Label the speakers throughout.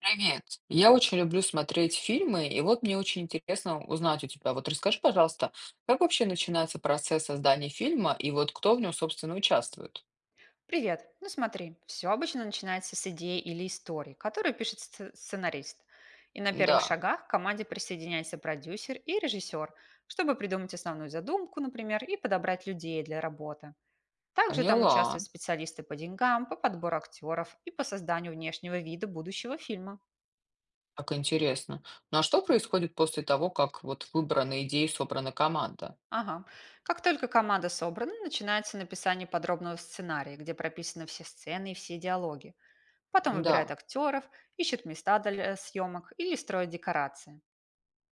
Speaker 1: Привет. Я очень люблю смотреть фильмы, и вот мне очень интересно узнать у тебя. Вот расскажи, пожалуйста, как вообще начинается процесс создания фильма, и вот кто в нем, собственно, участвует?
Speaker 2: Привет. Ну смотри, все обычно начинается с идеи или истории, которую пишет сценарист. И на первых
Speaker 1: Да,
Speaker 2: шагах к команде присоединяется продюсер и режиссер, чтобы придумать основную задумку, например, и подобрать людей для работы. Также там участвуют
Speaker 1: поняла.
Speaker 2: специалисты по деньгам, по подбору актеров и по созданию внешнего вида будущего фильма.
Speaker 1: Как интересно. Ну а что происходит после того, как вот выбрана идея и собрана команда?
Speaker 2: Ага. Как только команда собрана, начинается написание подробного сценария, где прописаны все сцены и все диалоги. Потом выбирает
Speaker 1: Да.
Speaker 2: актеров, ищет места для съемок или строит декорации.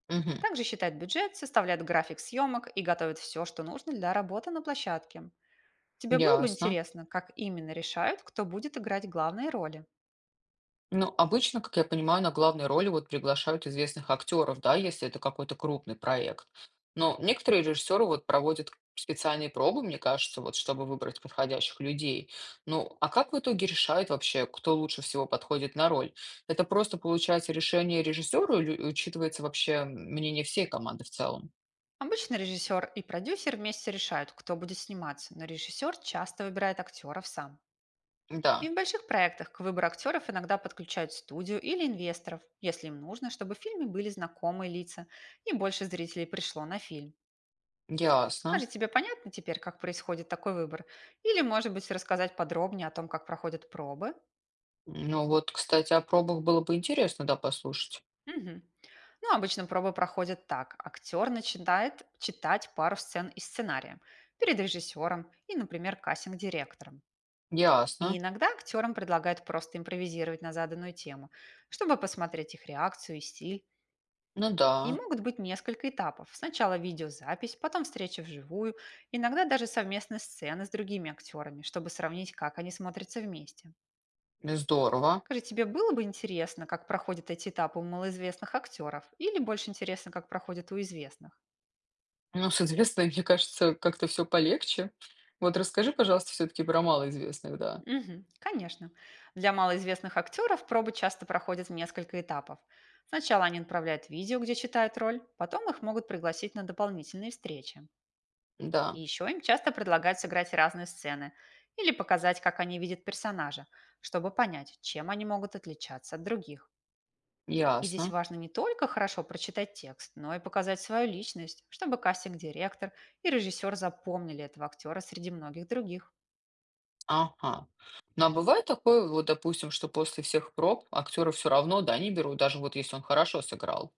Speaker 1: Угу.
Speaker 2: Также считает бюджет, составляет график съемок и готовит все, что нужно для работы на площадке. Тебе было бы
Speaker 1: Ясно.
Speaker 2: интересно, как именно решают, кто будет играть главные роли?
Speaker 1: Ну, обычно, как я понимаю, на главные роли вот приглашают известных актеров, да, если это какой-то крупный проект. Но некоторые режиссеры вот проводят специальные пробы, мне кажется, вот чтобы выбрать подходящих людей. Ну, а как в итоге решают вообще, кто лучше всего подходит на роль? Это просто получается решение режиссера или учитывается вообще мнение всей команды в целом?
Speaker 2: Обычно режиссер и продюсер вместе решают, кто будет сниматься, но режиссер часто выбирает актеров сам. И
Speaker 1: Да,
Speaker 2: в больших проектах к выбору актеров иногда подключают студию или инвесторов, если им нужно, чтобы в фильме были знакомые лица и больше зрителей пришло на фильм.
Speaker 1: ясно.
Speaker 2: Скажи, тебе понятно теперь, как происходит такой выбор? Или, может быть, рассказать подробнее о том, как проходят пробы?
Speaker 1: Ну вот, кстати, о пробах было бы интересно, да, послушать.
Speaker 2: Мгм. Ну, обычно пробы проходят так. Актер начинает читать пару сцен из сценария перед режиссером и, например, кастинг-директором. И
Speaker 1: Ясно.
Speaker 2: иногда актерам предлагают просто импровизировать на заданную тему, чтобы посмотреть их реакцию и стиль.
Speaker 1: Ну да,
Speaker 2: И могут быть несколько этапов. Сначала видеозапись, потом встреча вживую, иногда даже совместные сцены с другими актерами, чтобы сравнить, как они смотрятся вместе.
Speaker 1: здорово.
Speaker 2: Скажи, тебе было бы интересно, как проходят эти этапы у малоизвестных актеров, или больше интересно, как проходят у известных?
Speaker 1: Ну, с известной, мне кажется, как-то все полегче. Вот расскажи, пожалуйста, все-таки про малоизвестных, да.
Speaker 2: Мгм, конечно. Для малоизвестных актеров пробы часто проходят в несколько этапов. Сначала они отправляют видео, где читают роль, потом их могут пригласить на дополнительные встречи.
Speaker 1: Да,
Speaker 2: И еще им часто предлагают сыграть разные сцены или показать, как они видят персонажа, чтобы понять, чем они могут отличаться от других. И здесь
Speaker 1: ясно.
Speaker 2: важно не только хорошо прочитать текст, но и показать свою личность, чтобы кастинг-директор и режиссер запомнили этого актера среди многих других.
Speaker 1: Ага. Ну, а бывает такое, вот, допустим, что после всех проб актера все равно, да, не берут, даже вот если он хорошо сыграл.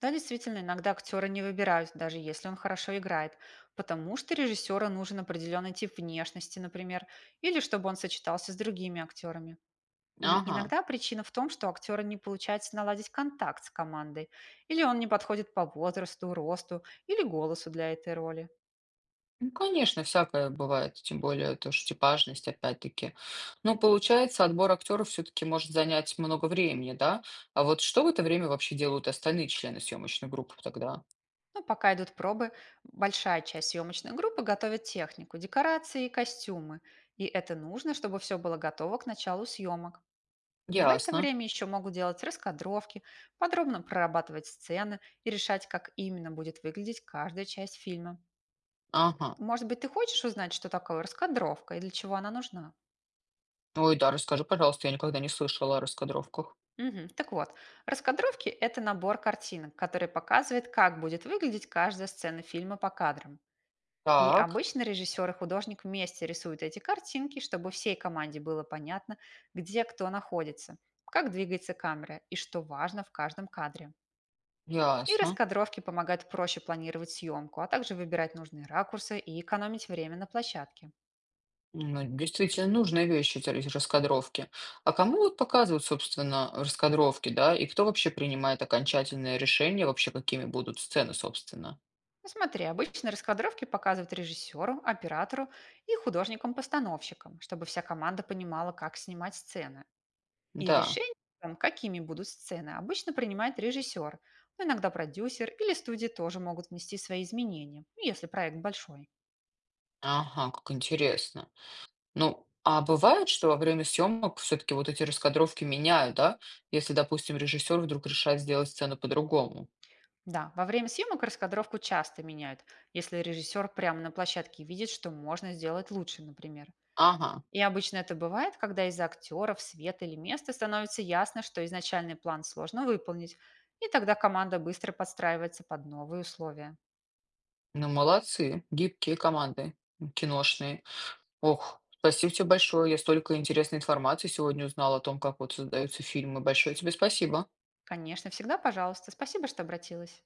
Speaker 2: Да, действительно, иногда актера не выбирают, даже если он хорошо играет, потому что режиссеру нужен определенный тип внешности, например, или чтобы он сочетался с другими актерами. И
Speaker 1: Ага.
Speaker 2: иногда причина в том, что актеру не получается наладить контакт с командой, или он не подходит по возрасту, росту или голосу для этой роли.
Speaker 1: Ну, конечно, всякое бывает, тем более то, что типажность, опять-таки. Ну, получается, отбор актеров все-таки может занять много времени, да? А вот что в это время вообще делают остальные члены съемочной группы тогда?
Speaker 2: Но пока идут пробы, большая часть съемочной группы готовит технику, декорации и костюмы. И это нужно, чтобы все было готово к началу съемок. И в это
Speaker 1: Ясно.
Speaker 2: время еще могут делать раскадровки, подробно прорабатывать сцены и решать, как именно будет выглядеть каждая часть фильма.
Speaker 1: Ага.
Speaker 2: Может быть, ты хочешь узнать, что такое раскадровка и для чего она нужна?
Speaker 1: Ой, да, расскажи, пожалуйста, я никогда не слышала о раскадровках.
Speaker 2: Мгм. Так вот, раскадровки– это набор картинок, который показывает, как будет выглядеть каждая сцена фильма по кадрам. И
Speaker 1: Так,
Speaker 2: обычно режиссер и художник вместе рисуют эти картинки, чтобы всей команде было понятно, где кто находится, как двигается камера и что важно в каждом кадре. И
Speaker 1: ясно.
Speaker 2: раскадровки помогают проще планировать съемку, а также выбирать нужные ракурсы и экономить время на площадке.
Speaker 1: Ну, действительно, нужная вещь эти раскадровки. А кому вот показывают, собственно, раскадровки, да? И кто вообще принимает окончательное решение, вообще какими будут сцены, собственно?
Speaker 2: Ну, смотри, обычно раскадровки показывают режиссеру, оператору и художникам-постановщикам, чтобы вся команда понимала, как снимать сцены. И
Speaker 1: Да.
Speaker 2: решение о том, какими будут сцены, обычно принимает режиссер, но иногда продюсер или студии тоже могут внести свои изменения, ну, если проект большой.
Speaker 1: Ага, как интересно. Ну, а бывает, что во время съемок все-таки вот эти раскадровки меняют, да? Если, допустим, режиссер вдруг решает сделать сцену по-другому.
Speaker 2: Да, во время съемок раскадровку часто меняют, если режиссер прямо на площадке видит, что можно сделать лучше, например.
Speaker 1: Ага,
Speaker 2: И обычно это бывает, когда из-за актеров, света или места становится ясно, что изначальный план сложно выполнить, и тогда команда быстро подстраивается под новые условия.
Speaker 1: ну молодцы, гибкие команды киношные. Ох, спасибо тебе большое. Я столько интересной информации сегодня узнала о том, как вот создаются фильмы. Большое тебе спасибо.
Speaker 2: Конечно, всегда пожалуйста. Спасибо, что обратилась.